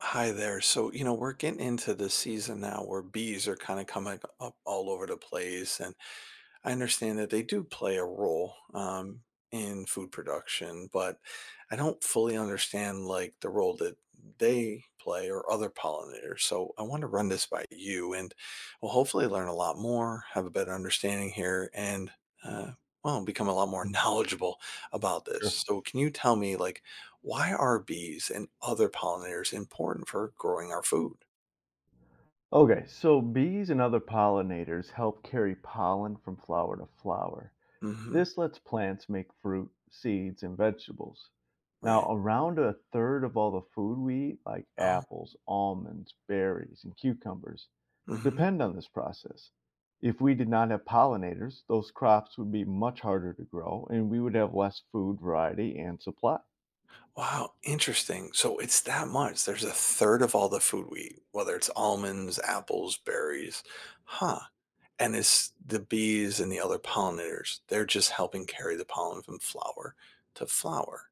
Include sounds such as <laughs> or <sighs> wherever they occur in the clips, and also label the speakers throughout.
Speaker 1: Hi there. So, we're getting into the season now where bees are kind of coming up all over the place. And I understand that they do play a role, in food production, but I don't fully understand, like, the role that they play or other pollinators, so I wanna run this by you and we will hopefully learn a lot more, have a better understanding here, and, uh, well, become a lot more <laughs>
Speaker 2: Mm.
Speaker 1: knowledgeable about this.
Speaker 2: Sure.
Speaker 1: So can you tell me, like, why are bees and other pollinators important for growing our food?
Speaker 2: Okay, so bees and other pollinators help carry pollen from flower to flower.
Speaker 1: Mhm.
Speaker 2: This lets plants make fruit, seeds, and vegetables.
Speaker 1: Right.
Speaker 2: Now, around a third of all the food we eat, like
Speaker 1: Oh.
Speaker 2: apples, almonds, berries, and cucumbers,
Speaker 1: Mhm.
Speaker 2: depend on this process. If we did not have pollinators, those crops would be much harder to grow and we would have less food variety and supply.
Speaker 1: Wow, interesting. So it's that much. There's a third of all the food we eat, whether it's almonds, apples, berries. Huh. And it's the bees and the other pollinators. They're just helping carry the pollen from flower to flower.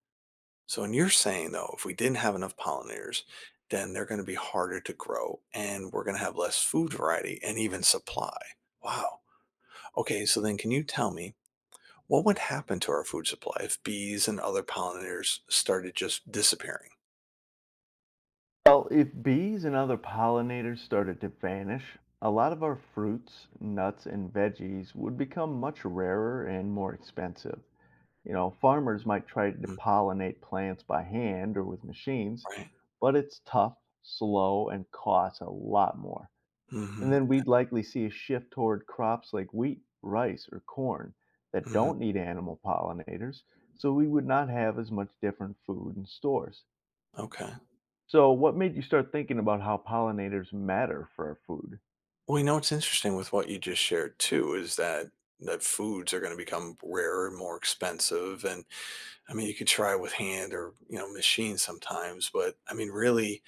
Speaker 1: So, and you're saying though, if we didn't have enough pollinators, then they're going to be harder to grow and we're going to have less food variety and even supply. Wow. Okay. So then, can you tell me what would happen to our food supply if bees and other pollinators started just disappearing?
Speaker 2: Well, if bees and other pollinators started to vanish, a lot of our fruits, nuts, and veggies would become much rarer and more expensive. You know, farmers might try to pollinate plants by hand or with machines,
Speaker 1: Right.
Speaker 2: but it's tough, slow, and costs a lot more. And
Speaker 1: Mhm,
Speaker 2: then we'd likely see a shift toward crops like wheat, rice, or corn that
Speaker 1: mhm.
Speaker 2: don't need animal pollinators, so we would not have as much different food in stores.
Speaker 1: Okay.
Speaker 2: So, what made you start thinking about how pollinators matter for our food?
Speaker 1: Well, what's interesting with what you just shared too is that foods are going to become rarer and more expensive. And I mean, you could try with hand or, machine sometimes, but I mean, really,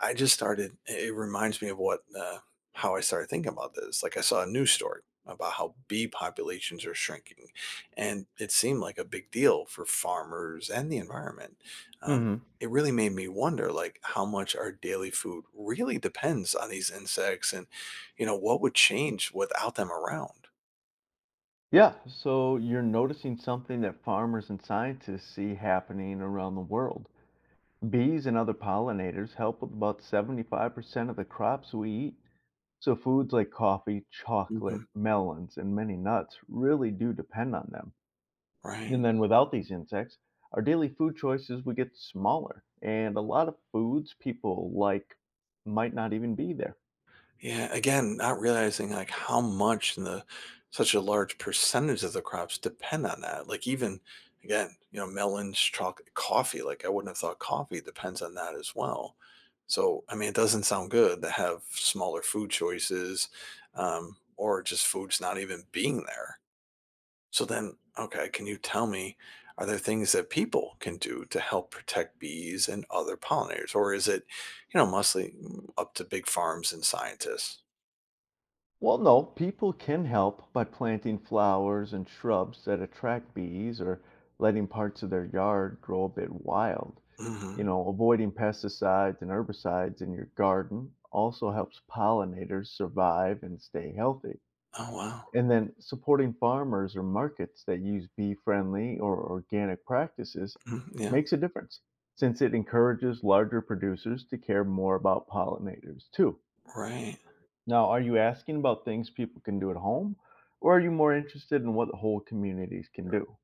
Speaker 1: I just started. It reminds me of what how I started thinking about this. Like I saw a news story about how bee populations are shrinking, and it seemed like a big deal for farmers and the environment. Um,
Speaker 2: Hmm.
Speaker 1: it really made me wonder, like how much our daily food really depends on these insects, and what would change without them around.
Speaker 2: Yeah, so you're noticing something that farmers and scientists see happening around the world. Bees and other pollinators help with about 75% of the crops we eat. So foods like coffee, chocolate,
Speaker 1: Mhm.
Speaker 2: melons, and many nuts really do depend on them.
Speaker 1: Right.
Speaker 2: And then without these insects, our daily food choices would get smaller, and a lot of foods people like might not even be there.
Speaker 1: Yeah, again, not realizing like how much and the such a large percentage of the crops depend on that. Like even again, melons, chocolate, coffee. Like I wouldn't have thought coffee depends on that as well. So I mean, it doesn't sound good to have smaller food choices, or just foods not even being there. So then, okay, can you tell me, are there things that people can do to help protect bees and other pollinators, or is it, mostly up to big farms and scientists?
Speaker 2: Well, no, people can help by planting flowers and shrubs that attract bees or letting parts of their yard grow a bit wild. You
Speaker 1: Mhm.
Speaker 2: know, avoiding pesticides and herbicides in your garden also helps pollinators survive and stay healthy.
Speaker 1: Oh, wow.
Speaker 2: And then supporting farmers or markets that use bee friendly or organic practices
Speaker 1: Mhm, yeah,
Speaker 2: makes a difference since it encourages larger producers to care more about pollinators too.
Speaker 1: right.
Speaker 2: Now, are you asking about things people can do at home, or are you more interested in what whole communities can do?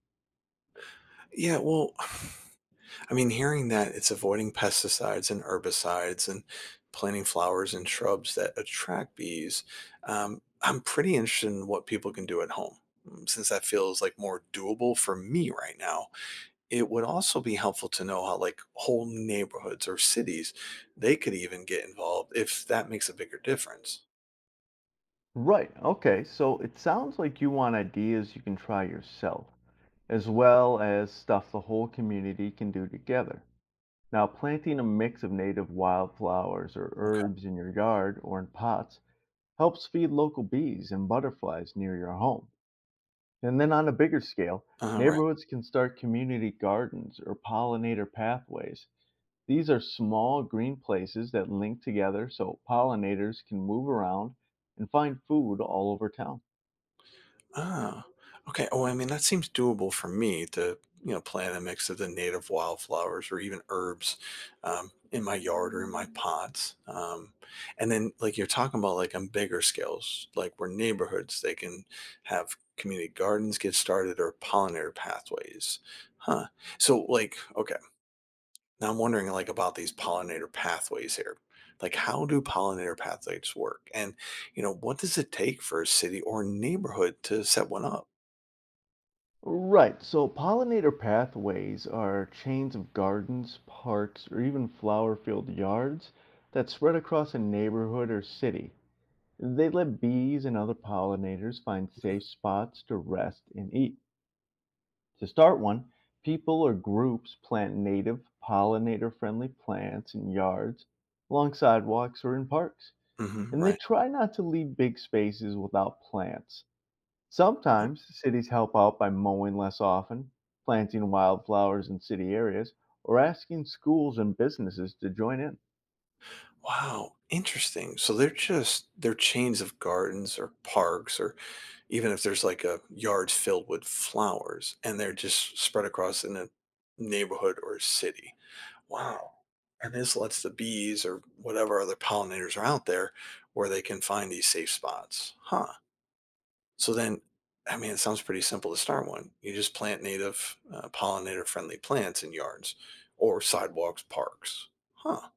Speaker 1: Yeah, well, <sighs> I mean, hearing that it's avoiding pesticides and herbicides and planting flowers and shrubs that attract bees, I'm pretty interested in what people can do at home. Since that feels like more doable for me right now, it would also be helpful to know how like whole neighborhoods or cities they could even get involved if that makes a bigger difference.
Speaker 2: Right, okay, so it sounds like you want ideas you can try yourself, as well as stuff the whole community can do together. Now, planting a mix of native wildflowers or
Speaker 1: Okay.
Speaker 2: herbs in your yard or in pots helps feed local bees and butterflies near your home. And then on a bigger scale,
Speaker 1: All right.
Speaker 2: neighborhoods can start community gardens or pollinator pathways. These are small green places that link together so pollinators can move around and find food all over town.
Speaker 1: Ah, okay. Oh, I mean, that seems doable for me to, plant a mix of the native wildflowers or even herbs in my yard or in my pots. And then, like you're talking about, like on bigger scales, like where neighborhoods they can have community gardens get started or pollinator pathways. Huh. So, like, okay, now I'm wondering, like, about these pollinator pathways here. Like, how do pollinator pathways work? And, what does it take for a city or neighborhood to set one up?
Speaker 2: Right, so pollinator pathways are chains of gardens, parks, or even flower filled yards that spread across a neighborhood or city. They let bees and other pollinators find safe spots to rest and eat. To start one, people or groups plant native pollinator friendly plants in yards, along sidewalks, or in parks,
Speaker 1: Mhm,
Speaker 2: and they
Speaker 1: right.
Speaker 2: try not to leave big spaces without plants.
Speaker 1: Uh,
Speaker 2: Sometimes cities help out by mowing less often, planting wildflowers in city areas, or asking schools and businesses to join in.
Speaker 1: wow, interesting. So they're chains of gardens or parks or even if there's like a yard filled with flowers and they're just spread across in a neighborhood or city. Wow. And this lets the bees or whatever other pollinators are out there where they can find these safe spots. Huh. So then I mean, it sounds pretty simple to start one. You just plant native pollinator friendly plants in yards or sidewalks, parks. Huh.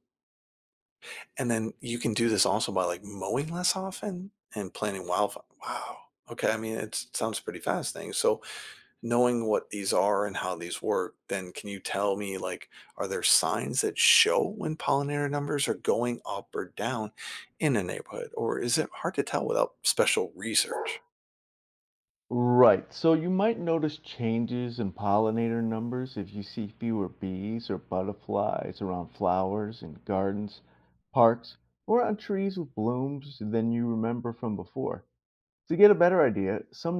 Speaker 1: And then you can do this also by like mowing less often and planting wildfire. Wow. Okay. I mean, it sounds pretty fascinating. So, knowing what these are and how these work, then can you tell me, like, are there signs that show when pollinator numbers are going up or down in a neighborhood? Or is it hard to tell without special research?
Speaker 2: Right, so you might notice changes in pollinator numbers if you see fewer bees or butterflies around flowers in gardens, parks, or on trees with blooms than you remember from before. To get a better idea, some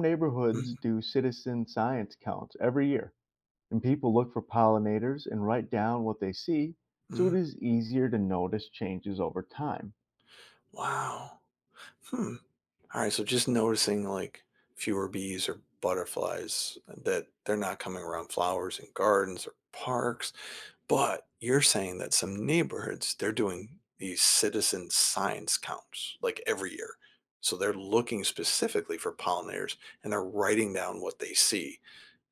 Speaker 1: Mhm,
Speaker 2: neighborhoods do citizen science counts every year. And people look for pollinators and write down what they see, so it
Speaker 1: mhm.
Speaker 2: is easier to notice changes over time.
Speaker 1: Wow. Hmm. All right. So, just noticing like fewer bees or butterflies, that they're not coming around flowers and gardens or parks. But you're saying that some neighborhoods, they're doing these citizen science counts like every year. So they're looking specifically for pollinators and they're writing down what they see.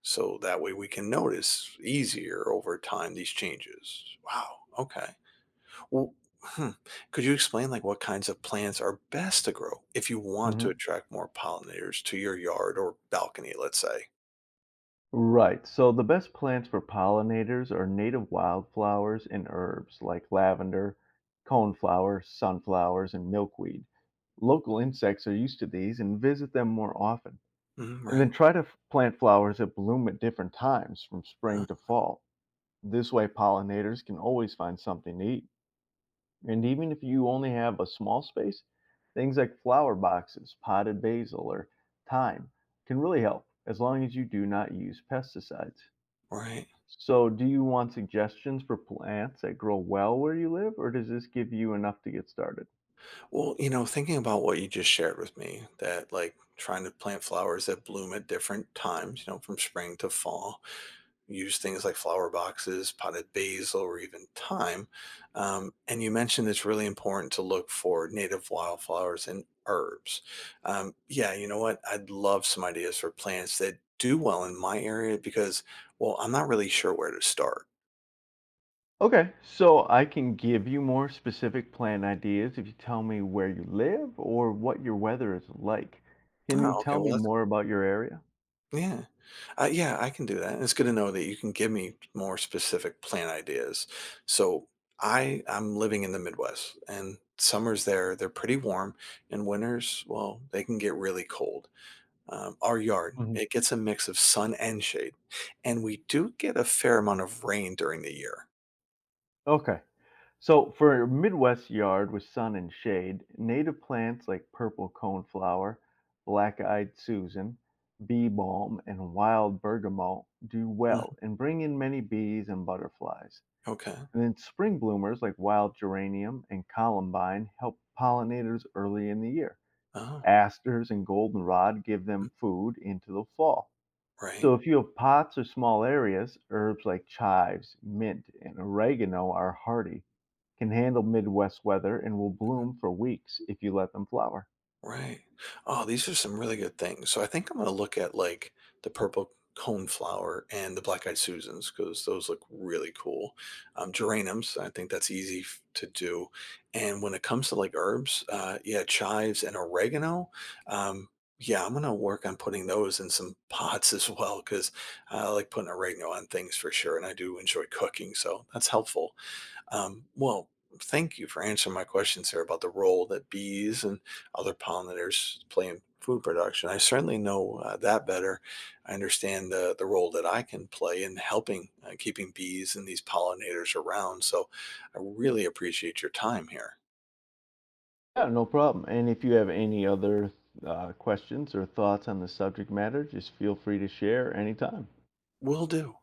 Speaker 1: So that way we can notice easier over time these changes. Wow. Okay. Well, hmm. could you explain like what kinds of plants are best to grow if you want to
Speaker 2: Mhm.
Speaker 1: attract more pollinators to your yard or balcony, let's say?
Speaker 2: Right, so the best plants for pollinators are native wildflowers and herbs like lavender, coneflower, sunflowers, and milkweed. Local insects are used to these and visit them more often.
Speaker 1: Mhm,
Speaker 2: And
Speaker 1: right.
Speaker 2: then try to plant flowers that bloom at different times from
Speaker 1: Huh,
Speaker 2: spring to fall. This way, pollinators can always find something to eat. And even if you only have a small space, things like flower boxes, potted basil, or thyme can really help as long as you do not use pesticides.
Speaker 1: right.
Speaker 2: So, do you want suggestions for plants that grow well where you live, or does this give you enough to get started?
Speaker 1: Well, thinking about what you just shared with me, that like trying to plant flowers that bloom at different times, from spring to fall, use things like flower boxes, potted basil, or even thyme. And you mentioned it's really important to look for native wildflowers and herbs. Yeah, you know what? I'd love some ideas for plants that do well in my area because, well, I'm not really sure where to start.
Speaker 2: Okay, so I can give you more specific plant ideas if you tell me where you live or what your weather is like. Can you
Speaker 1: Oh, okay.
Speaker 2: tell
Speaker 1: Well,
Speaker 2: me
Speaker 1: that's,
Speaker 2: more about your area?
Speaker 1: yeah. Yeah, I can do that. And it's good to know that you can give me more specific plan ideas. So I'm living in the Midwest, and summers there they're pretty warm, and winters well they can get really cold. Our yard
Speaker 2: Mhm.
Speaker 1: it gets a mix of sun and shade, and we do get a fair amount of rain during the year.
Speaker 2: Okay. So for a Midwest yard with sun and shade, native plants like purple coneflower, black-eyed Susan, bee balm, and wild bergamot do well
Speaker 1: Mhm.
Speaker 2: and bring in many bees and butterflies.
Speaker 1: Okay.
Speaker 2: And then spring bloomers like wild geranium and columbine help pollinators early in the year.
Speaker 1: Oh,
Speaker 2: Asters and goldenrod give them
Speaker 1: mm,
Speaker 2: food into the fall.
Speaker 1: right.
Speaker 2: So if you have pots or small areas, herbs like chives, mint, and oregano are hardy, can handle Midwest weather, and will bloom for weeks if you let them flower.
Speaker 1: Right. Oh, these are some really good things. So I think I'm gonna look at like the purple coneflower and the black eyed Susans because those look really cool. Geraniums, I think that's easy to do. And when it comes to like herbs, yeah, chives and oregano. Um, yeah, I'm gonna work on putting those in some pots <laughs> as well because I like putting oregano on things for sure, and I do enjoy cooking, so that's helpful. Well, thank you for answering my questions here about the role that bees and other pollinators play in food production. I certainly know that better. I understand the role that I can play in helping keeping bees and these pollinators around. So I really appreciate your time here.
Speaker 2: Yeah, no problem. And if you have any other questions or thoughts on the subject matter, just feel free to share anytime.
Speaker 1: Will do.